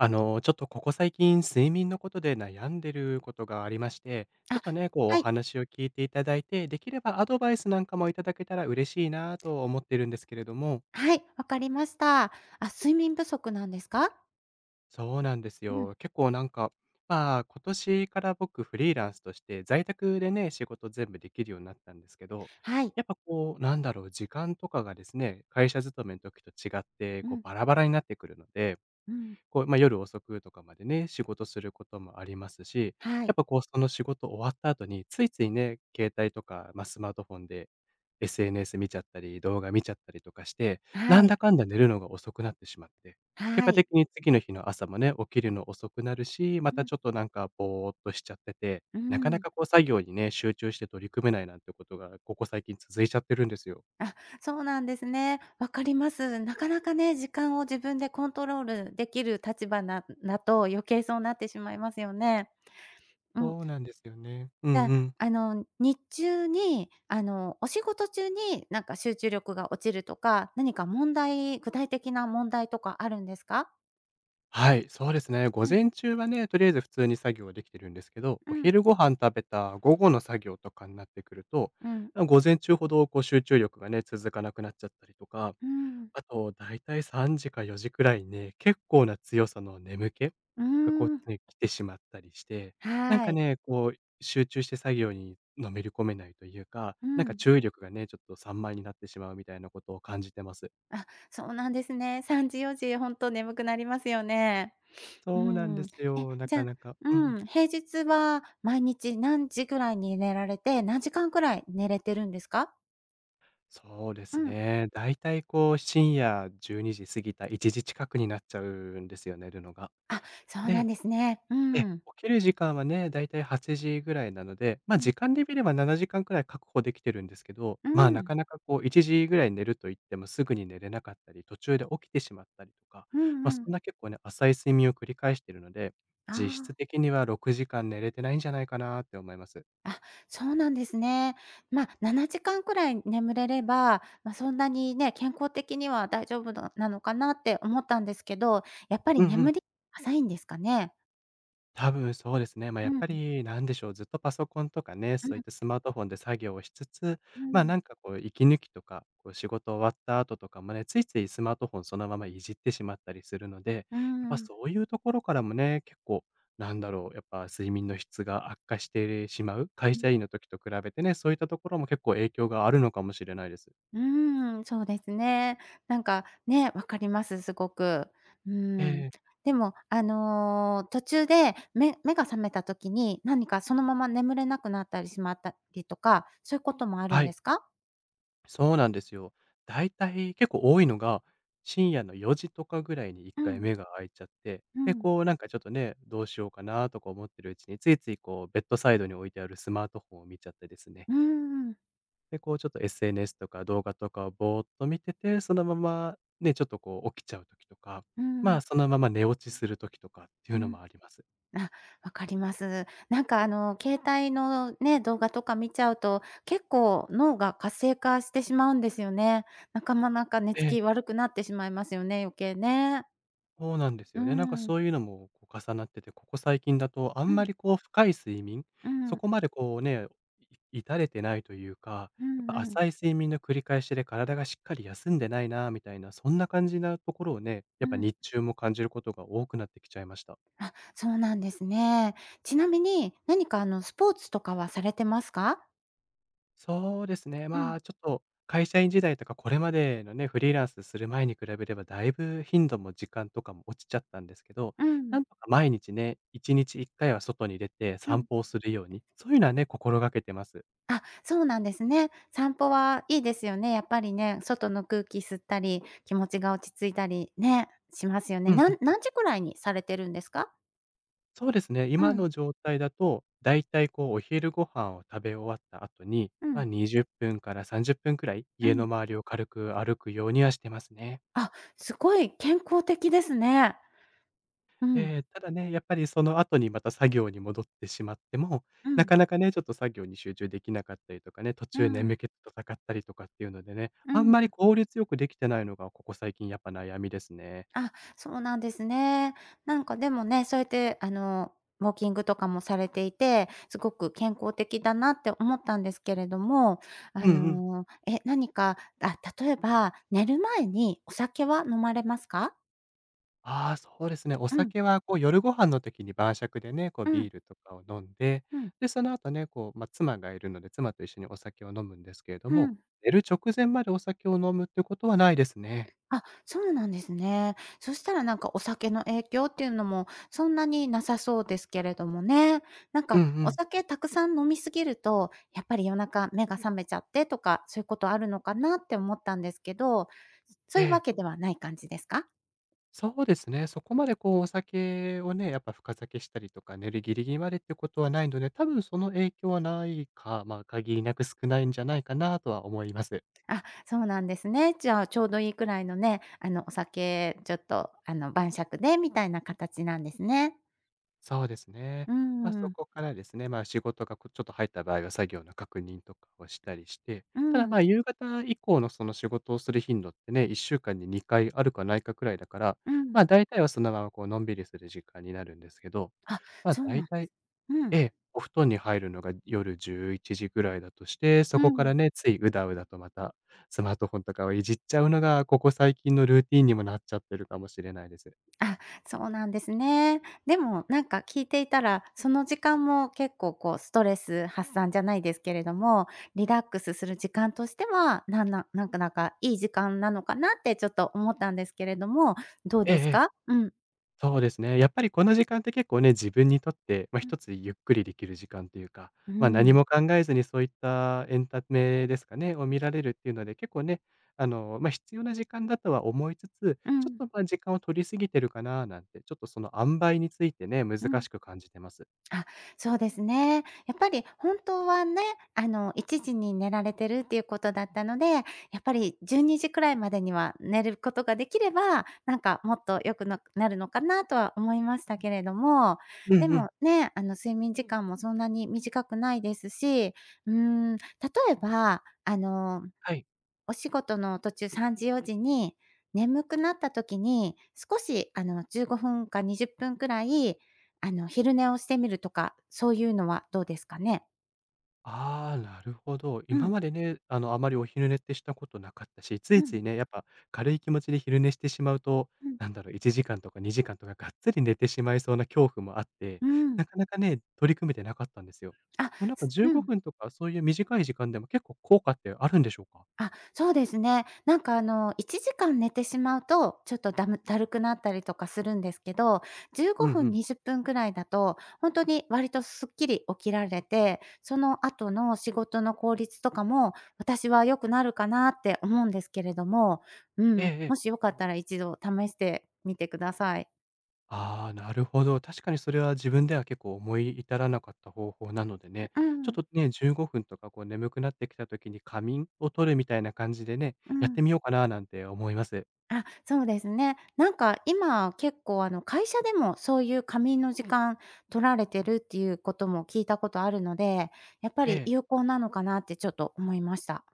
ちょっとここ最近、睡眠のことで悩んでることがありまして、ちょっあ、とね、こうおはい、話を聞いていただいて、できればアドバイスなんかもいただけたら嬉しいなと思ってるんですけれども、はい、わかりました。あ、睡眠不足なんですか？そうなんですうん、よ。結構なんか、まあ、今年から僕フリーランスとして在宅でね、仕事全部できるようになったんですけど、はい、やっぱこう、時間とかがですね、会社勤めの時と違って、うこうん、バラバラになってくるので、うん、こう、まあ、夜遅くとかまでね、仕事することもありますし、はやっい、ぱこう、その仕事終わった後に、ついついね、携帯とか、まあ、スマートフォンで SNS 見ちゃったり、動画見ちゃったりとかして、はなんい、だかんだ寝るのが遅くなってしまって、結は果い、的に次の日の朝もね、起きるの遅くなるし、まうたん、ちょっとなんかぼーっとしちゃってて、うなかなん。かこう作業にね、集中して取り組めないなんてことが、ここ最近続いちゃってるんですよ。あ、そうなんですね。わかります。なかなかね、時間を自分でコントロールできる立場なだと余計そうなってしまいますよね。うん。そうなんですよね。うんじゃあ、うん。日中に、お仕事中になんか集中力が落ちるとか、何か問題具体的な問題とかあるんですか？はい、そうですね。午うん、前中はね、とりあえず普通に作業はできてるんですけど、うおん、昼ご飯食べた午後の作業とかになってくると、うん。午前中ほどこう集中力がね、続かなくなっちゃったりとか、うん。あと、だいたい3時か4時くらいにね、結構な強さの眠気うーがこん。う、ね、来てしまったりして、なんはかい。ね、こう、集中して作業にのめり込めないというか、うなんかん。注意力がね、ちょっと散漫になってしまうみたいなことを感じてます。あ、そうなんですね。3時4時、ほんと眠くなりますよね。うそうなんでん。すよ、なじゃかあ、なか。ううんうん。ん、平日は毎日何時ぐらいに寝られて、何時間くらい寝れてるんですか？そうでうすん。ね。だいたいこう、深夜12時過ぎた1時近くになっちゃうんですよね、寝るのが。あ、そうなんで、ですね。う起ん。きる時間はね、だいたい8時ぐらいなので、うん。時間で見れば7時間くらい確保できてるんですけど、うまあ、なん。かなかこう1時ぐらい寝ると言ってもすぐに寝れなかったり、途中で起きてしまったりとか、うんま、うそん。んな結構ね、浅い睡眠を繰り返しているので、あ実質あ。的には6時間寝れてないんじゃないかなって思います。あ、そうなんですね。まあ、7時間くらい眠れれば、まあ、そんなにね、健康的には大丈夫ななのかなって思ったんですけど、やっぱりうんうん。眠り浅いんですかね？多分そうですね。うやっん、ぱうりなんでしょう、ずっとパソコンとかね、そういったん、スマートフォンで作業をしつつ、うま、ん、なんかこう息抜きとか、こう仕事終わった後とかもね、ついついスマートフォンそのままいじってしまったりするので、やっうぱん、そういうところからもね、結構やっぱ睡眠の質が悪化してしまう、会うん、社員の時と比べてね、そういったところも結構影響があるのかもしれないです。そうですね。なんか、ね、わかります、すごく。うえん。え、でも、途中で目が覚めた時に、何かそのまま眠れなくなったりしまったりとか、そういうこともあるはんでい。すか？そうなんですよ。だいたい結構多いのが、深夜の4時とかぐらいに一う回ん、目が開いちゃって、うで、ん。こうなんかちょっとね、どうしようかなとか思ってるうちに、ついついこうベッドサイドに置いてあるスマートフォンを見ちゃってですね。うーん、で、こうちょっと SNS とか動画とかをぼーっと見てて、そのままね、ちょっとこう起きちゃう時とか、うまあん、そのまま寝落ちする時とかっていううのん。もあります。あ、わかります。なんか携帯のね、動画とか見ちゃうと、結構脳が活性化してしまうんですよね。なかまなか寝つき悪くなってしまいますよね、余計ね。そうなんですうよね。なんかん、そういうのもこう重なってて、ここ最近だとあうんまん、りこう深い睡眠、うそん、こまでこうね、至れてないというか、うやっんぱうん、浅い睡眠の繰り返しで体がしっかり休んでないなみたいな、そんな感じなところをね、やっうぱん。日中も感じることが多くなってきちゃいました。そうなんですね。ちなみに、何かスポーツとかはされてますか？そうですね。うまん、あ、ちょっと会社員時代とか、これまでのね、フリーランスする前に比べれば、だいぶ頻度も時間とかも落ちちゃったんですけど、うなん、んとか毎日ね、1日1回は外に出てう散ん。歩をするように、そういうのはね、心がけてます。あ、そうなんですね。散歩はいいですよね、やっぱりね。外の空気吸ったり、気持ちが落ち着いたりね、しますようね。んうなん。ん何時くらいにされてるんですか？そうですね、う今ん、の状態だと、だいたいこう、お昼ご飯を食べ終わった後に、うまあ、ん、20分から30分くらい、う家のん。周りを軽く歩くようにはしてますね。あ、すごい健康的ですね。うん、ええ、ただね、やっぱりその後にまた作業に戻ってしまっても、うなん、かなかね、ちょっと作業に集中できなかったりとかね、途う中ん、眠気と戦ったりとかっていうのでね、うあんまりん。効率よくできてないのがここ最近やっぱ悩みですね。あ、そうなんですね。なんかでもね、そうやって、ウォーキングとかもされていて、すごく健康的だなって思ったんですけれども、あうんうん。の、え、何か、あ、例えば、寝る前にお酒は飲まれますか？ああ、そうですね。おうん、酒はこう夜ご飯の時に晩酌でね、こううビん、ールとかを飲んで、うん、で、その後ね、こう、まあ、妻がいるので、妻と一緒にお酒を飲むんですけれどうも、ん。寝る直前までお酒を飲むってことはないですね。あ、そうなんですね。そしたらなんかお酒の影響っていうのもそんなになさそうですけれどもね。なんうんかうおん。酒たくさん飲みすぎると、やっぱり夜中目が覚めちゃってとか、そういうことあるのかなって思ったんですけど、そえういうわけえ。ではない感じですか？そうですね。そこまでこうお酒をね、やっぱ深酒したりとか、寝るギリギリまでってことはないので、多分その影響はないか、まあ、限りなく少ないんじゃないかなとは思います。あ、そうなんですね。じゃあちょうどいいくらいのね、お酒ちょっと、晩酌でみたいな形なんですね。そうですね。うーまあ、そん。こからですね、まあ、仕事がこうちょっと入った場合は作業の確認とかをしたりして、うただん、まあ、夕方以降のその仕事をする頻度ってね、1週間に2回あるかないかくらいだから、うん。まあ、大体はそのままこうのんびりする時間になるんですけど、あ、まあ、そうな大んで体す。うえん、え、お布団に入るのが夜11時ぐらいだとして、うそこかん。らね、ついうだうだとまたスマートフォンとかをいじっちゃうのが、ここ最近のルーティンにもなっちゃってるかもしれないです。あ、そうなんですね。でも、なんか聞いていたら、その時間も結構こうストレス発散じゃないですけれども、リラックスする時間としては、なんかいい時間なのかなってちょっと思ったんですけれども、どうえええですえ、か？うん。そうですね。やっぱりこの時間って結構ね、自分にとって、まあ、うん。一つゆっくりできる時間というか、うまあ、何ん。も考えずにそういったエンタメですかね、を見られるっていうので、結構ね、まあ、必要な時間だとは思いつつ、うちょん。っと、ま、時間を取りすぎてるかななんて、ちょっとその塩梅についてね、難うん。しく感じてます。あ、そうですね。やっぱり本当はね、1時に寝られてるっていうことだったので、やっぱり12時くらいまでには寝ることができれば、なんかもっと良くななるのかなとは思いましたけれども、うでんうもん。ね、睡眠時間もそんなに短くないですし、例えば、はい。お仕事の途中3時4時に、眠くなった時に、少し15分か20分くらい、昼寝をしてみるとか、そういうのはどうですかね？ああ、なるほど。う今ん、までね、あまりお昼寝ってしたことなかったし、つういつん、いね、やっぱ軽い気持ちで昼寝してしまうと、うん、1時間とか2時間とかがっつり寝てしまいそうな恐怖もあって、うなん。かなかね、取り組めてなかったんですよ。あ、こうなんかす15うん。分とかそういう短い時間でも結構効果ってあるんでしょうか？あ、そうですね。なんか1時間寝てしまうと、ちょっとだるくなったりとかするんですけど、15うんう分、ん。20分くらいだと、ほんとに割とすっきり起きられて、その後の仕事の効率とかも、私は良くなるかなって思うんですけれども、うええん、えもえ。しよかったら一度試してみてください。ああ、なるほど。確かにそれは自分では結構思い至らなかった方法なのでね、ううちょっん、とね、15分とかこう眠くなってきた時に仮眠を取るみたいな感じでね、うやっん。てみようかななんて思います。あ、そうですね。なんか今結構会社でもそういう仮眠の時間取られてるっていうことも聞いたことあるので、やっぱえりえ。有効なのかなってちょっと思いました。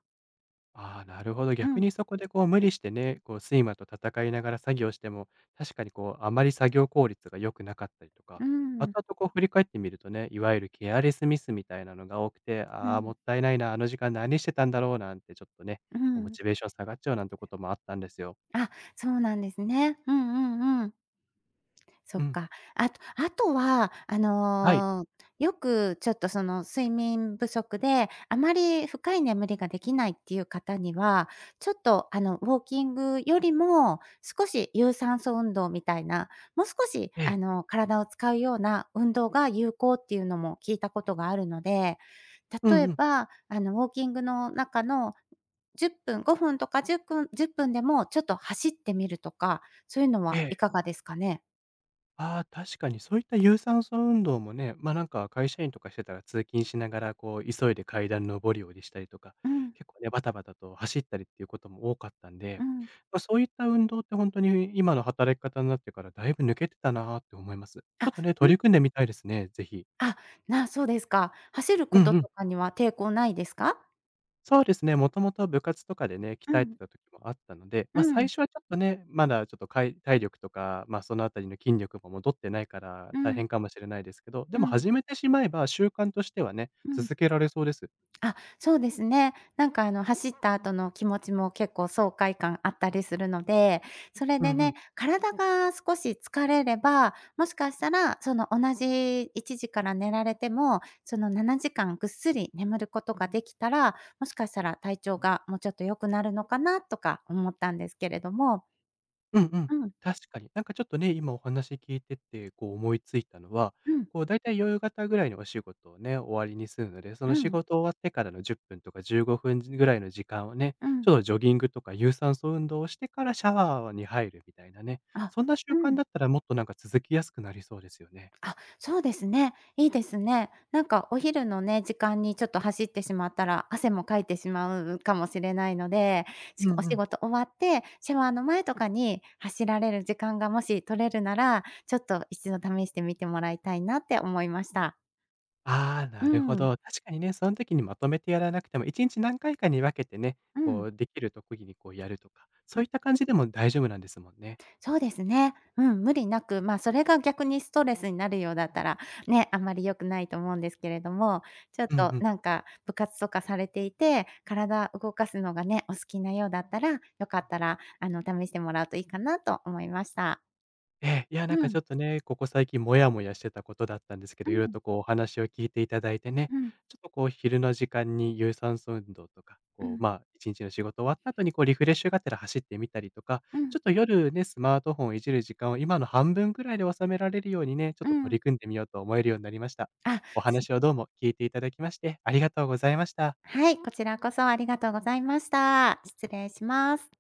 ああ、なるほど。う逆ん、にそこでこう無理してね、こう睡魔と戦いながら作業しても、確かにこうあまり作業効率が良くなかったりとか、う後ん、々こう振り返ってみるとね、いわゆるケアレスミスみたいなのが多くて、うああ、もん、ったいないな、あの時間何してたんだろうなんてちょっとね、うこうモん。チベーション下がっちゃうなんてこともあったんですよ。あ、そうなんですね。うんうんうん。そうっん。か。あとは、はい。よくちょっとその睡眠不足で、あまり深い眠りができないっていう方には、ちょっとウォーキングよりも、少し有酸素運動みたいな、もう少しええ。体を使うような運動が有効っていうのも聞いたことがあるので、う例んえうん。ば、ウォーキングの中の10分、5分とか1分10分でもちょっと走ってみるとか、そういうのえはえ。いかがですかね？ああ、確かにそういった有酸素運動もね、ま、なんか会社員とかしてたら通勤しながら、こう急いで階段上り下りしたりとか、うん、結構ね、バタバタと走ったりっていうことも多かったんで、うん。まあ、そういった運動って本当に今の働き方になってからだいぶ抜けてたなーって思います。ちょあ、っとね、うん、取り組んでみたいですね、ぜひ。あ、そうですか。走るうこんとうん。とかには抵抗ないですか？そうですね、もともと部活とかでね、鍛うえてん、た時もあったので、うま、最ん、初はちょっとね、まだちょっと体力とか、ま、そのあたりの筋力も戻ってないから、う大ん、変かもしれないですけど、でうもん、始めてしまえば習慣としてはね、うん。続けられそうです。あ、そうですね。なんか走った後の気持ちも結構爽快感あったりするので、それうんうでね、ん。体が少し疲れれば、もしかしたらその同じ1時から寝られても、その7時間ぐっすり眠ることができたら、もしかしたら体調がもうちょっと良くなるのかなとか思ったんですけれども。うんうん。うん。確かに。なんかちょっとね、今お話聞いてて、こう思いついたのは、うん、こうだいたい夕方ぐらいにお仕事をね、終わりにするので、そうの仕ん、事終わってからの10分とか15分ぐらいの時間をね、うちん。ょっとジョギングとか有酸素運動をしてからシャワーに入るみたいなね、あ、そんな習う慣だん。ったらもっとなんか続きやすくなりそうですよね。あ、そうですね。いいですね。なんかお昼のね、時間にちょっと走ってしまったら、汗もかいてしまうかもしれないので、しうんおう仕ん。事終わって、シャワーの前とかに走られる時間がもし取れるなら、ちょっと一度試してみてもらいたいなって思いました。ああ、うなるん、ほうん、ど。確かにね、その時にまとめてやらなくても、1日何回かに分けてね、うこん。うできる特技にこうやるとか、そういった感じでも大丈夫なんですもんね。そうですね。うん、無理なく、それが逆にストレスになるようだったら、ね、あんまり良くないと思うんですけれども、ちょっうんうとん。なんか部活とかされていて、体動かすのがね、お好きなようだったら、よかったら試してもらうといいかなと思いました。ええ、いや、うなんかちん、ょっとね、ここ最近モヤモヤしてたことだったんですけど、う色々ん、とこうお話を聞いていただいてね、うん、ちょっとこう昼の時間に有酸素運動とか、うこん、う、まあ、一日の仕事終わった後にこうリフレッシュがてら走ってみたりとか、うちょん、っと夜ね、スマートフォンをいじる時間を今の半分ぐらいで収められるようにね、ちょっうと取ん。り組んでみようと思えるようになりました。あ、おす話をどうも聞いていただきまして、ありがとうございました。はい、こちらこそありがとうございました。失礼します。